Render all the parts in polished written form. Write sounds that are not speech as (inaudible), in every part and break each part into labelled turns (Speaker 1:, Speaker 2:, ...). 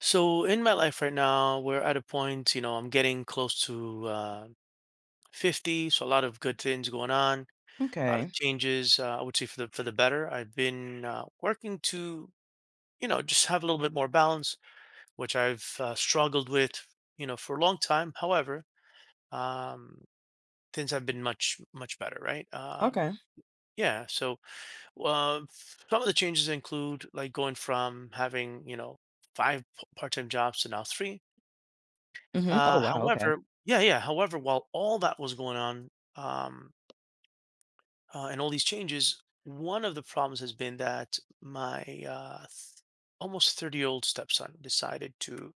Speaker 1: So in my life right now, we're at a point, you know, I'm getting close to 50, so a lot of good things going on, a lot
Speaker 2: Okay.
Speaker 1: of changes. I would say for the better. I've been working to, you know, just have a little bit more balance, which I've struggled with, you know, for a long time. However, um, things have been much better, right? Um,
Speaker 2: Okay.
Speaker 1: yeah, so uh, some of the changes include like going from having, you know, part-time jobs to now three.
Speaker 2: Mhm. Oh,
Speaker 1: Uh,
Speaker 2: wow, okay.
Speaker 1: however yeah, however, while all that was going on, and all these changes, one of the problems has been that uh, th- almost 30-year-old stepson decided to,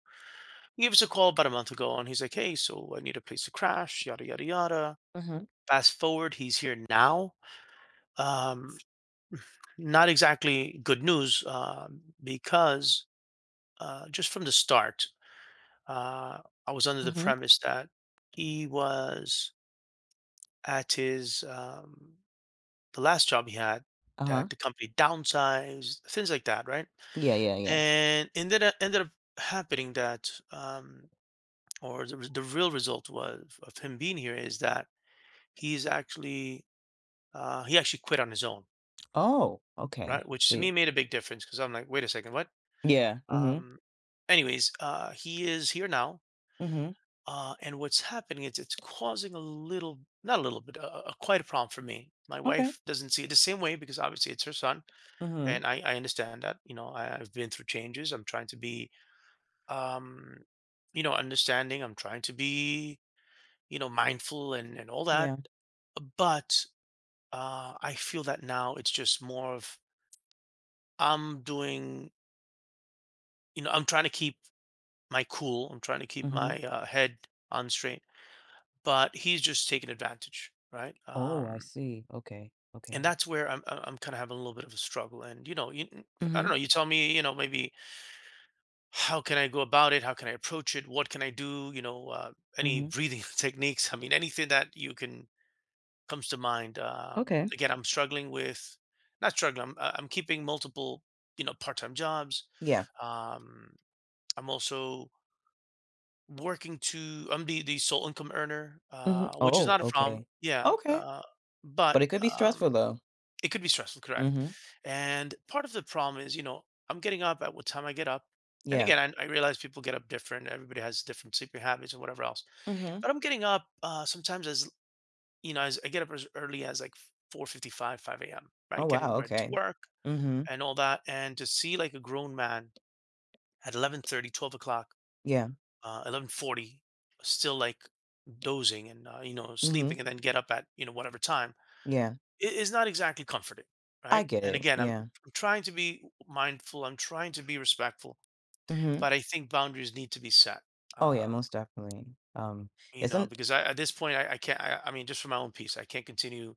Speaker 1: he gave us a call about a month ago, and he's like, "Hey, so I need a place to crash, yada yada yada."
Speaker 2: Mhm.
Speaker 1: Fast forward, he's here now. Um, Not exactly good news, because just from the start, uh, I was under the
Speaker 2: Mhm.
Speaker 1: premise that he was at his the last job he had,
Speaker 2: Uh-huh.
Speaker 1: that the company downsized, things like that, right?
Speaker 2: Yeah, yeah, yeah.
Speaker 1: And ended up happening that, or the real result was of him being here is that he's actually he actually quit on his own,
Speaker 2: Oh, okay.
Speaker 1: right?
Speaker 2: I
Speaker 1: Which to
Speaker 2: see.
Speaker 1: me made a big difference because I'm like, wait a second, what?
Speaker 2: Yeah. Mhm.
Speaker 1: Um, anyways, he is here now.
Speaker 2: Mhm.
Speaker 1: And what's happening is it's causing not a little bit, quite a problem for me. My
Speaker 2: Okay.
Speaker 1: wife doesn't see it the same way because obviously it's her son,
Speaker 2: Mhm.
Speaker 1: and I understand that, you know, I've been through changes. I'm trying to be um you know, understanding. I'm trying to be, you know, mindful and all that,
Speaker 2: Yeah.
Speaker 1: but I feel that now it's just more of, I'm doing, you know, I'm trying to keep my cool. I'm trying to keep
Speaker 2: Mhm.
Speaker 1: my head on straight, but he's just taking advantage, right?
Speaker 2: Oh, I see. Okay.
Speaker 1: And
Speaker 2: Okay.
Speaker 1: that's where I'm kind of having a little bit of a struggle. And, you know, I don't
Speaker 2: Mhm.
Speaker 1: know, you tell me. You know, maybe how can I go about it? How can I approach it? What can I do? You know, any
Speaker 2: Mhm.
Speaker 1: breathing (laughs) techniques? I mean, anything that you can comes to mind.
Speaker 2: Okay.
Speaker 1: Again, I'm struggling with, not struggling, I'm keeping multiple, you know, part-time jobs.
Speaker 2: Yeah.
Speaker 1: Um, I'm also working to. I'm the sole income earner,
Speaker 2: Mhm.
Speaker 1: which is
Speaker 2: Oh,
Speaker 1: not a problem.
Speaker 2: okay.
Speaker 1: Yeah,
Speaker 2: Okay.
Speaker 1: but
Speaker 2: But it could be stressful though.
Speaker 1: it could be stressful, correct.
Speaker 2: Mhm.
Speaker 1: And part of the problem is, you know, I'm getting up at what time I get up. And
Speaker 2: Yeah.
Speaker 1: again, I realize people get up different. Everybody has different sleeping habits and whatever else.
Speaker 2: Mhm.
Speaker 1: But I'm getting up, sometimes as, you know, as I get up as early as like 4:55, 5 a.m.
Speaker 2: Oh,
Speaker 1: Right,
Speaker 2: wow,
Speaker 1: getting ready to
Speaker 2: okay.
Speaker 1: work
Speaker 2: Mhm.
Speaker 1: and all that. And to see like a grown man at 11:30, 12 o'clock,
Speaker 2: Yeah.
Speaker 1: 11:40, still like dozing and, you know,
Speaker 2: Mhm.
Speaker 1: sleeping, and then get up at, you know, whatever time.
Speaker 2: Yeah.
Speaker 1: Is not exactly comforting,
Speaker 2: I
Speaker 1: right?
Speaker 2: get
Speaker 1: And
Speaker 2: it.
Speaker 1: again,
Speaker 2: Yeah.
Speaker 1: I'm trying to be mindful. I'm trying to be respectful,
Speaker 2: Mhm.
Speaker 1: but I think boundaries need to be set.
Speaker 2: Oh, yeah,
Speaker 1: Um,
Speaker 2: most definitely.
Speaker 1: you
Speaker 2: It's
Speaker 1: know,
Speaker 2: an
Speaker 1: because I, at this point, I can't. I mean, just for my own peace, I can't continue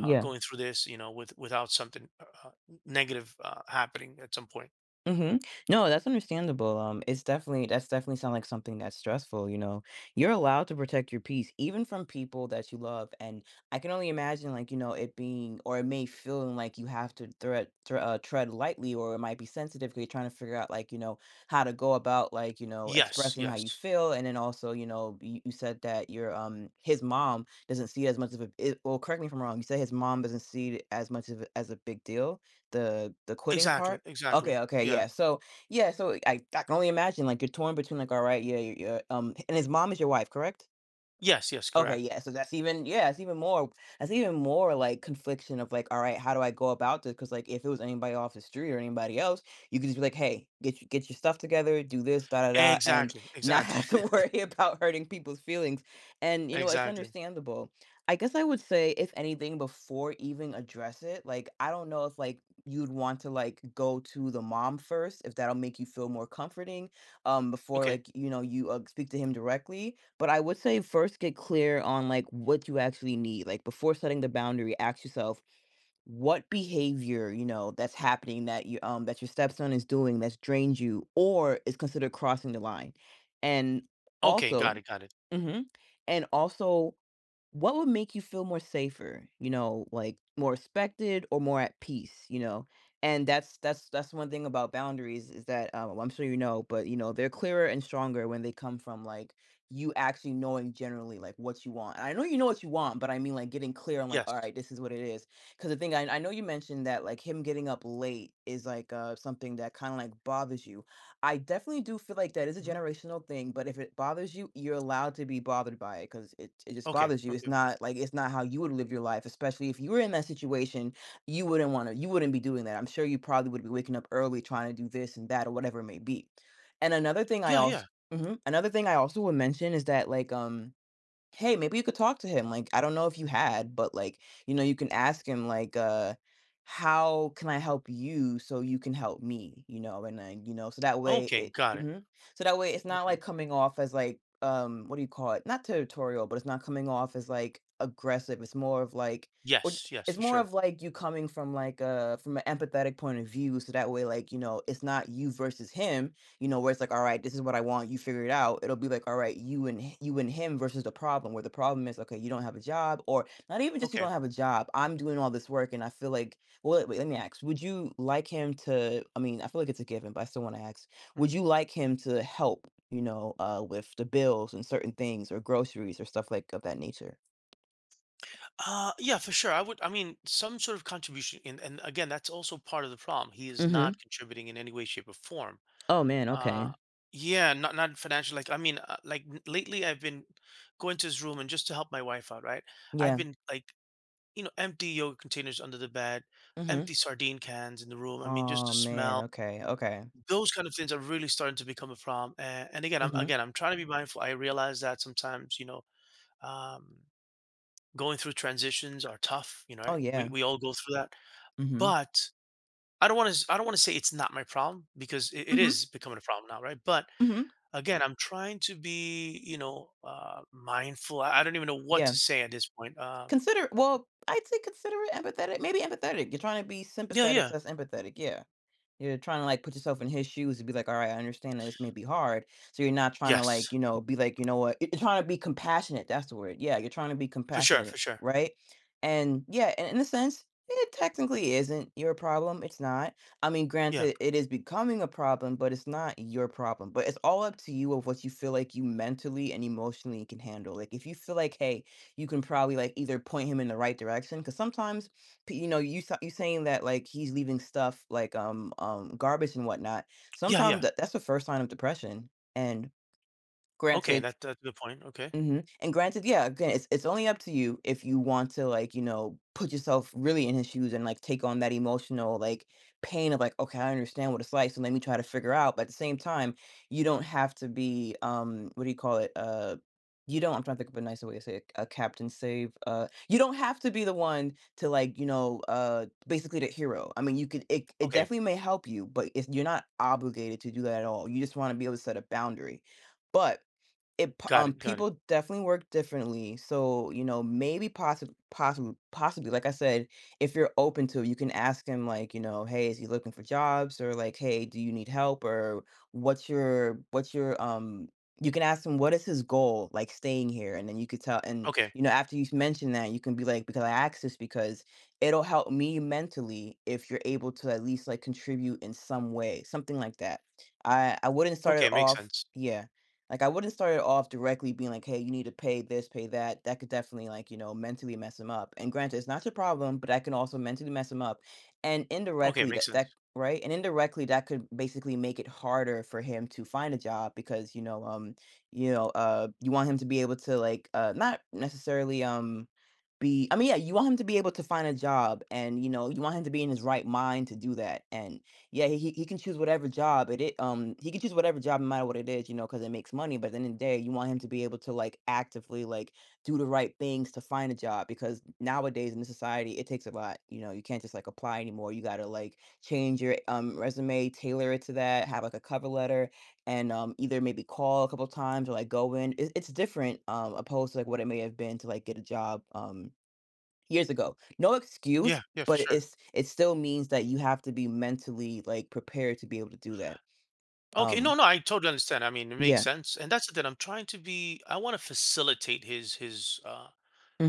Speaker 1: going through this, you know, without something negative happening at some point.
Speaker 2: Mhm. No, that's understandable. It's definitely that's definitely sound like something that's stressful, you know. You're allowed to protect your peace even from people that you love. And I can only imagine like, you know, it being or it may feeling like you have to tread lightly, or it might be sensitive because you're trying to figure out like, you know, how to go about like, you know,
Speaker 1: Yes,
Speaker 2: expressing how you
Speaker 1: yes,
Speaker 2: feel. And then also, you know, you said that your his mom doesn't see it as much of a it, well, correct me if I'm wrong. You said his mom doesn't see it as much of a, as a big deal, the quitting
Speaker 1: exactly,
Speaker 2: part. Okay,
Speaker 1: exactly.
Speaker 2: okay,
Speaker 1: Yeah,
Speaker 2: yeah. So, yeah, so I can only imagine, like, you're torn between, like, all right, yeah, you're and his mom is your wife, correct?
Speaker 1: yes, yes,
Speaker 2: Okay,
Speaker 1: correct.
Speaker 2: yeah, so that's even yeah, it's even more that's even more, like, confliction of, like, "Alright, how do I go about this?" Because like, if it was anybody off the street or anybody else, you could just be like, "Hey, get your stuff together, do this, da, da, da," and
Speaker 1: Exactly,
Speaker 2: not (laughs)
Speaker 1: exactly,
Speaker 2: have to worry about hurting people's feelings, and,
Speaker 1: (laughs)
Speaker 2: you know, it's
Speaker 1: exactly.
Speaker 2: understandable. I guess I would say, if anything, before even address it, like, I don't know if, like, you'd want to, like, go to the mom first, if that'll make you feel more comforting, before,
Speaker 1: Okay,
Speaker 2: like, you know, speak to him directly. But I would say first get clear on like what you actually need. Like before setting the boundary, ask yourself what behavior, you know, that's happening that you that your stepson is doing that's drained you or is considered crossing the line. And
Speaker 1: okay,
Speaker 2: also,
Speaker 1: got it, got it.
Speaker 2: mhm, and also what would make you feel more safer, you know, like more respected or more at peace, you know. And that's one thing about boundaries is that I'm sure you know, but you know they're clearer and stronger when they come from like you actually knowing generally like what you want. And I know you know what you want, but I mean like getting clear on like all
Speaker 1: Yes.
Speaker 2: right, this is what it is. Because the thing, I know you mentioned that like him getting up late is like something that kind of like bothers you. I definitely do feel like that is a
Speaker 1: hmm
Speaker 2: generational thing, but if it bothers you, you're allowed to be bothered by it because it just
Speaker 1: Okay,
Speaker 2: bothers you. It's
Speaker 1: okay.
Speaker 2: not like it's not how you would live your life, especially if you were in that situation, you wouldn't want to, you wouldn't be doing that. I'm sure you probably would be waking up early trying to do this and that or whatever it may be. And another thing I
Speaker 1: Yeah,
Speaker 2: also,
Speaker 1: yeah.
Speaker 2: mhm, another thing I also would mention is that like, hey, maybe you could talk to him, like, I don't know if you had, but, like, you know, you can ask him, like, "How can I help you so you can help me?" You know, and then, you know, so that way
Speaker 1: Okay,
Speaker 2: it
Speaker 1: got it.
Speaker 2: mhm. So that way it's not,
Speaker 1: Okay.
Speaker 2: like, coming off as, like, what do you call it? Not territorial, but it's not coming off as, like, aggressive, it's more of, like or t
Speaker 1: Yes, yes,
Speaker 2: it's
Speaker 1: for
Speaker 2: more
Speaker 1: sure.
Speaker 2: of, like, you coming from, like, a from an empathetic point of view, so that way, like, you know, it's not you versus him, you know, where it's like, "All right, this is what I want, you figure it out." It'll be like, "All right, you and h you and him versus the problem," where the problem is, "Okay, you don't have a job," or not even just you
Speaker 1: Okay.
Speaker 2: don't have a job, I'm doing all this work and I feel like well, wait, let me ask, would you like him to I mean, I feel like it's a given, but I still wanna ask,
Speaker 1: Mhm.
Speaker 2: would you like him to help, you know, with the bills and certain things or groceries or stuff like of that nature?
Speaker 1: Yeah, for sure, I would. I mean, some sort of contribution. And again, that's also part of the problem. He is
Speaker 2: Mhm.
Speaker 1: not contributing in any way, shape, or form.
Speaker 2: Oh, man,
Speaker 1: Uh,
Speaker 2: okay.
Speaker 1: yeah, not financial. Like, I mean, lately, I've been going to his room and just to help my wife out, right? I've
Speaker 2: Yeah.
Speaker 1: been like, you know, empty yogurt containers under the bed,
Speaker 2: Mhm.
Speaker 1: empty sardine cans in the room. I mean, just
Speaker 2: Aw,
Speaker 1: the
Speaker 2: man,
Speaker 1: smell.
Speaker 2: okay, okay.
Speaker 1: Those kind of things are really starting to become a problem. And
Speaker 2: Mhm.
Speaker 1: again, I'm trying to be mindful. I realize that sometimes, you know. Um, Going through transitions are tough, you know,
Speaker 2: Oh,
Speaker 1: right?
Speaker 2: yeah.
Speaker 1: We all go through that.
Speaker 2: Mhm.
Speaker 1: But I don't want to say it's not my problem, because it
Speaker 2: Mhm.
Speaker 1: is becoming a problem now, right? But
Speaker 2: Mhm.
Speaker 1: again, I'm trying to be, you know, mindful. I don't even know what
Speaker 2: Yeah.
Speaker 1: to say at this point.
Speaker 2: Consider well, I'd say considerate, empathetic, maybe empathetic. You're trying to be
Speaker 1: Yeah,
Speaker 2: sympathetic,
Speaker 1: yeah.
Speaker 2: so that's empathetic, yeah. You're trying to, like, put yourself in his shoes and be like, "All right, I understand that this may be hard." So you're not trying to, like,
Speaker 1: Yes.
Speaker 2: you know, be like, "You know what?" You're trying to be compassionate, that's the word. Yeah, you're trying to be
Speaker 1: For sure,
Speaker 2: compassionate,
Speaker 1: for sure.
Speaker 2: right? And, yeah, and in a sense, it technically isn't your problem, it's not. I mean,
Speaker 1: Yeah.
Speaker 2: granted, it is becoming a problem, but it's not your problem, but it's all up to you of what you feel like you mentally and emotionally can handle. Like, if you feel like, hey, you can probably, like, either point him in the right direction, because sometimes you know you saying that like he's leaving stuff like garbage and whatnot,
Speaker 1: Yeah,
Speaker 2: sometimes
Speaker 1: yeah.
Speaker 2: that's the first sign of depression, and
Speaker 1: Okay,
Speaker 2: granted
Speaker 1: that that's a good point. Okay.
Speaker 2: mhm, and granted yeah, again, it's only up to you if you want to, like, you know, put yourself really in his shoes and, like, take on that emotional, like, pain of, like, "Okay, I understand what it's like, so let me try to figure out." But at the same time, you don't have to be, what do you call it? You don't I'm trying to think of a nicer way to say it, a captain save, you don't have to be the one to, like, you know, basically the hero. I mean, you could it it
Speaker 1: Okay.
Speaker 2: definitely may help you, but it's you're not obligated to do that at all. You just wanna be able to set a boundary. But it p
Speaker 1: Got it. Got it.
Speaker 2: people definitely work differently, so, you know, maybe possibly, like I said, if you're open to it, you can ask him, like, you know, "Hey, is he looking for jobs?" Or like, "Hey, do you need help?" Or, what's your, you can ask him, "What is his goal, like, staying here?" And then you could tell and,
Speaker 1: Okay.
Speaker 2: you know, after you mention that, you can be like, "Because I asked this because it'll help me mentally if you're able to at least, like, contribute in some way," something like that. I wouldn't start
Speaker 1: Okay,
Speaker 2: it
Speaker 1: makes
Speaker 2: off
Speaker 1: sense.
Speaker 2: yeah. Like I wouldn't start it off directly being like, hey, you need to pay this, pay that. That could definitely like, you know, mentally mess him up. And granted, it's not your problem, but that can also mentally mess him up. And
Speaker 1: Okay,
Speaker 2: indirectly
Speaker 1: makes
Speaker 2: that
Speaker 1: sense.
Speaker 2: right? And indirectly that could basically make it harder for him to find a job because, you know, you know, you want him to be able to like not necessarily be I mean, yeah, you want him to be able to find a job and you know, you want him to be in his right mind to do that. And yeah, he can choose whatever job it it he can choose whatever job no matter what it is, you know because it makes money, but at the end of the day, you want him to be able to like actively like do the right things to find a job, because nowadays in this society it takes a lot. You know, you can't just like apply anymore. You gotta like change your resume, tailor it to that, have like a cover letter, and either maybe call a couple times or like go in. It's different opposed to like what it may have been to like get a job. Years ago. No excuse,
Speaker 1: Yeah, yeah, for
Speaker 2: but
Speaker 1: sure.
Speaker 2: it's it still means that you have to be mentally like prepared to be able to do that.
Speaker 1: Okay, no,
Speaker 2: Um,
Speaker 1: no, I totally understand. I mean, it makes
Speaker 2: yeah.
Speaker 1: sense, and that's the thing. I'm trying to be. I want to facilitate his,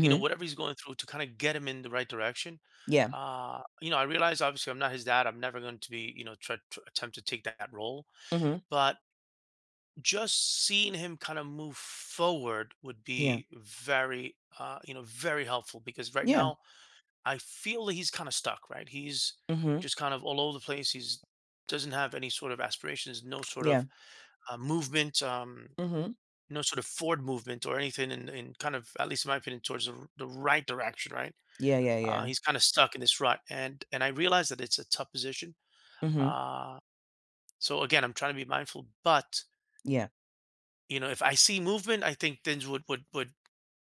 Speaker 1: you know, whatever he's going through to kind of get him in the right direction.
Speaker 2: Yeah.
Speaker 1: You know, I realize obviously I'm not his dad. I'm never going to be, you know, try to attempt to take that role,
Speaker 2: Mhm.
Speaker 1: but just seeing him kind of move forward would
Speaker 2: Yeah.
Speaker 1: be very, you know, very helpful, because right
Speaker 2: Yeah.
Speaker 1: now I feel that he's kind of stuck. Right, he's
Speaker 2: Mhm.
Speaker 1: just kind of all over the place. He's, doesn't have any sort of aspirations, no sort
Speaker 2: Yeah.
Speaker 1: of movement,
Speaker 2: Mhm.
Speaker 1: you, sort of forward movement or anything in kind of, at least in my opinion, towards the right direction, right?
Speaker 2: Yeah, yeah, yeah.
Speaker 1: He's kind of stuck in this rut. And I realize that it's a tough position.
Speaker 2: Mhm.
Speaker 1: Uh, so again, I'm trying to be mindful, but,
Speaker 2: Yeah.
Speaker 1: you know, if I see movement, I think things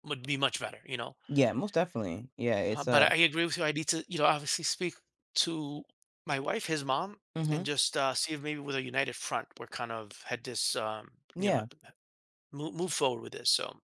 Speaker 1: would be much better, you know?
Speaker 2: Yeah, most definitely. Yeah,
Speaker 1: Uh,
Speaker 2: it's
Speaker 1: but I
Speaker 2: a
Speaker 1: I agree with you. I need to, you know, obviously speak to my wife, his mom,
Speaker 2: mhm.
Speaker 1: and just see if maybe with a united front, we're kind of had this, you know,
Speaker 2: Yeah.
Speaker 1: move forward with this. So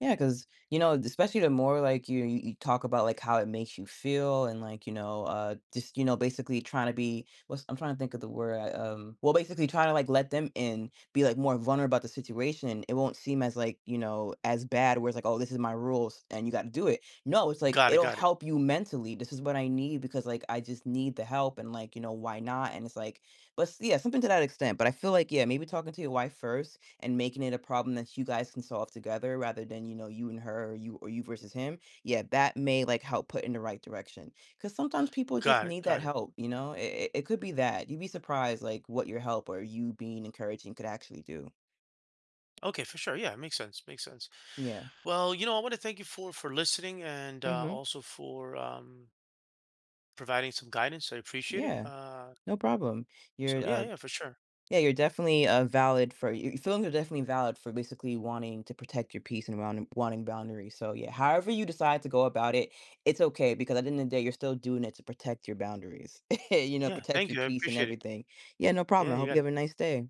Speaker 2: Yeah, because you know, especially the more, like, you talk about, like, how it makes you feel and, like, you know, just, you know, basically trying to be what's I'm trying to think of the word, well, basically trying to, like, let them in, be, like, more vulnerable about the situation, it won't seem as, like, you know, as bad where it's like, "Oh, this is my rules, and you gotta do it." No, it's like,
Speaker 1: got it,
Speaker 2: it'll
Speaker 1: got it.
Speaker 2: help you mentally, "This is what I need because, like, I just need the help," and, like, you know, "Why not?" And it's like but s yeah, something to that extent, but I feel like, yeah, maybe talking to your wife first and making it a problem that you guys can solve together rather than, you know, you and her or you versus him, yeah, that may like help put in the right direction. Cause sometimes people just
Speaker 1: Got it.
Speaker 2: need that
Speaker 1: Got it.
Speaker 2: help, you know? It could be that. You'd be surprised like what your help or you being encouraging could actually do.
Speaker 1: Okay, for sure. Yeah, makes sense. Makes sense.
Speaker 2: Yeah.
Speaker 1: Well, you know, I want to thank you for listening and
Speaker 2: Mm-hmm.
Speaker 1: also for, providing some guidance. I appreciate it.
Speaker 2: Yeah. No problem.
Speaker 1: So
Speaker 2: Your
Speaker 1: yeah, yeah, for sure.
Speaker 2: yeah, you're definitely valid for your feelings are definitely valid for basically wanting to protect your peace and wanting boundaries. So yeah, however you decide to go about it, it's okay because at the end of the day, you're still doing it to protect your boundaries. (laughs) You know,
Speaker 1: Yeah,
Speaker 2: protect
Speaker 1: thank
Speaker 2: your
Speaker 1: you. I
Speaker 2: peace and
Speaker 1: appreciate it.
Speaker 2: everything. Yeah, no problem.
Speaker 1: Yeah,
Speaker 2: I
Speaker 1: you
Speaker 2: hope you
Speaker 1: got
Speaker 2: have
Speaker 1: it.
Speaker 2: a nice day.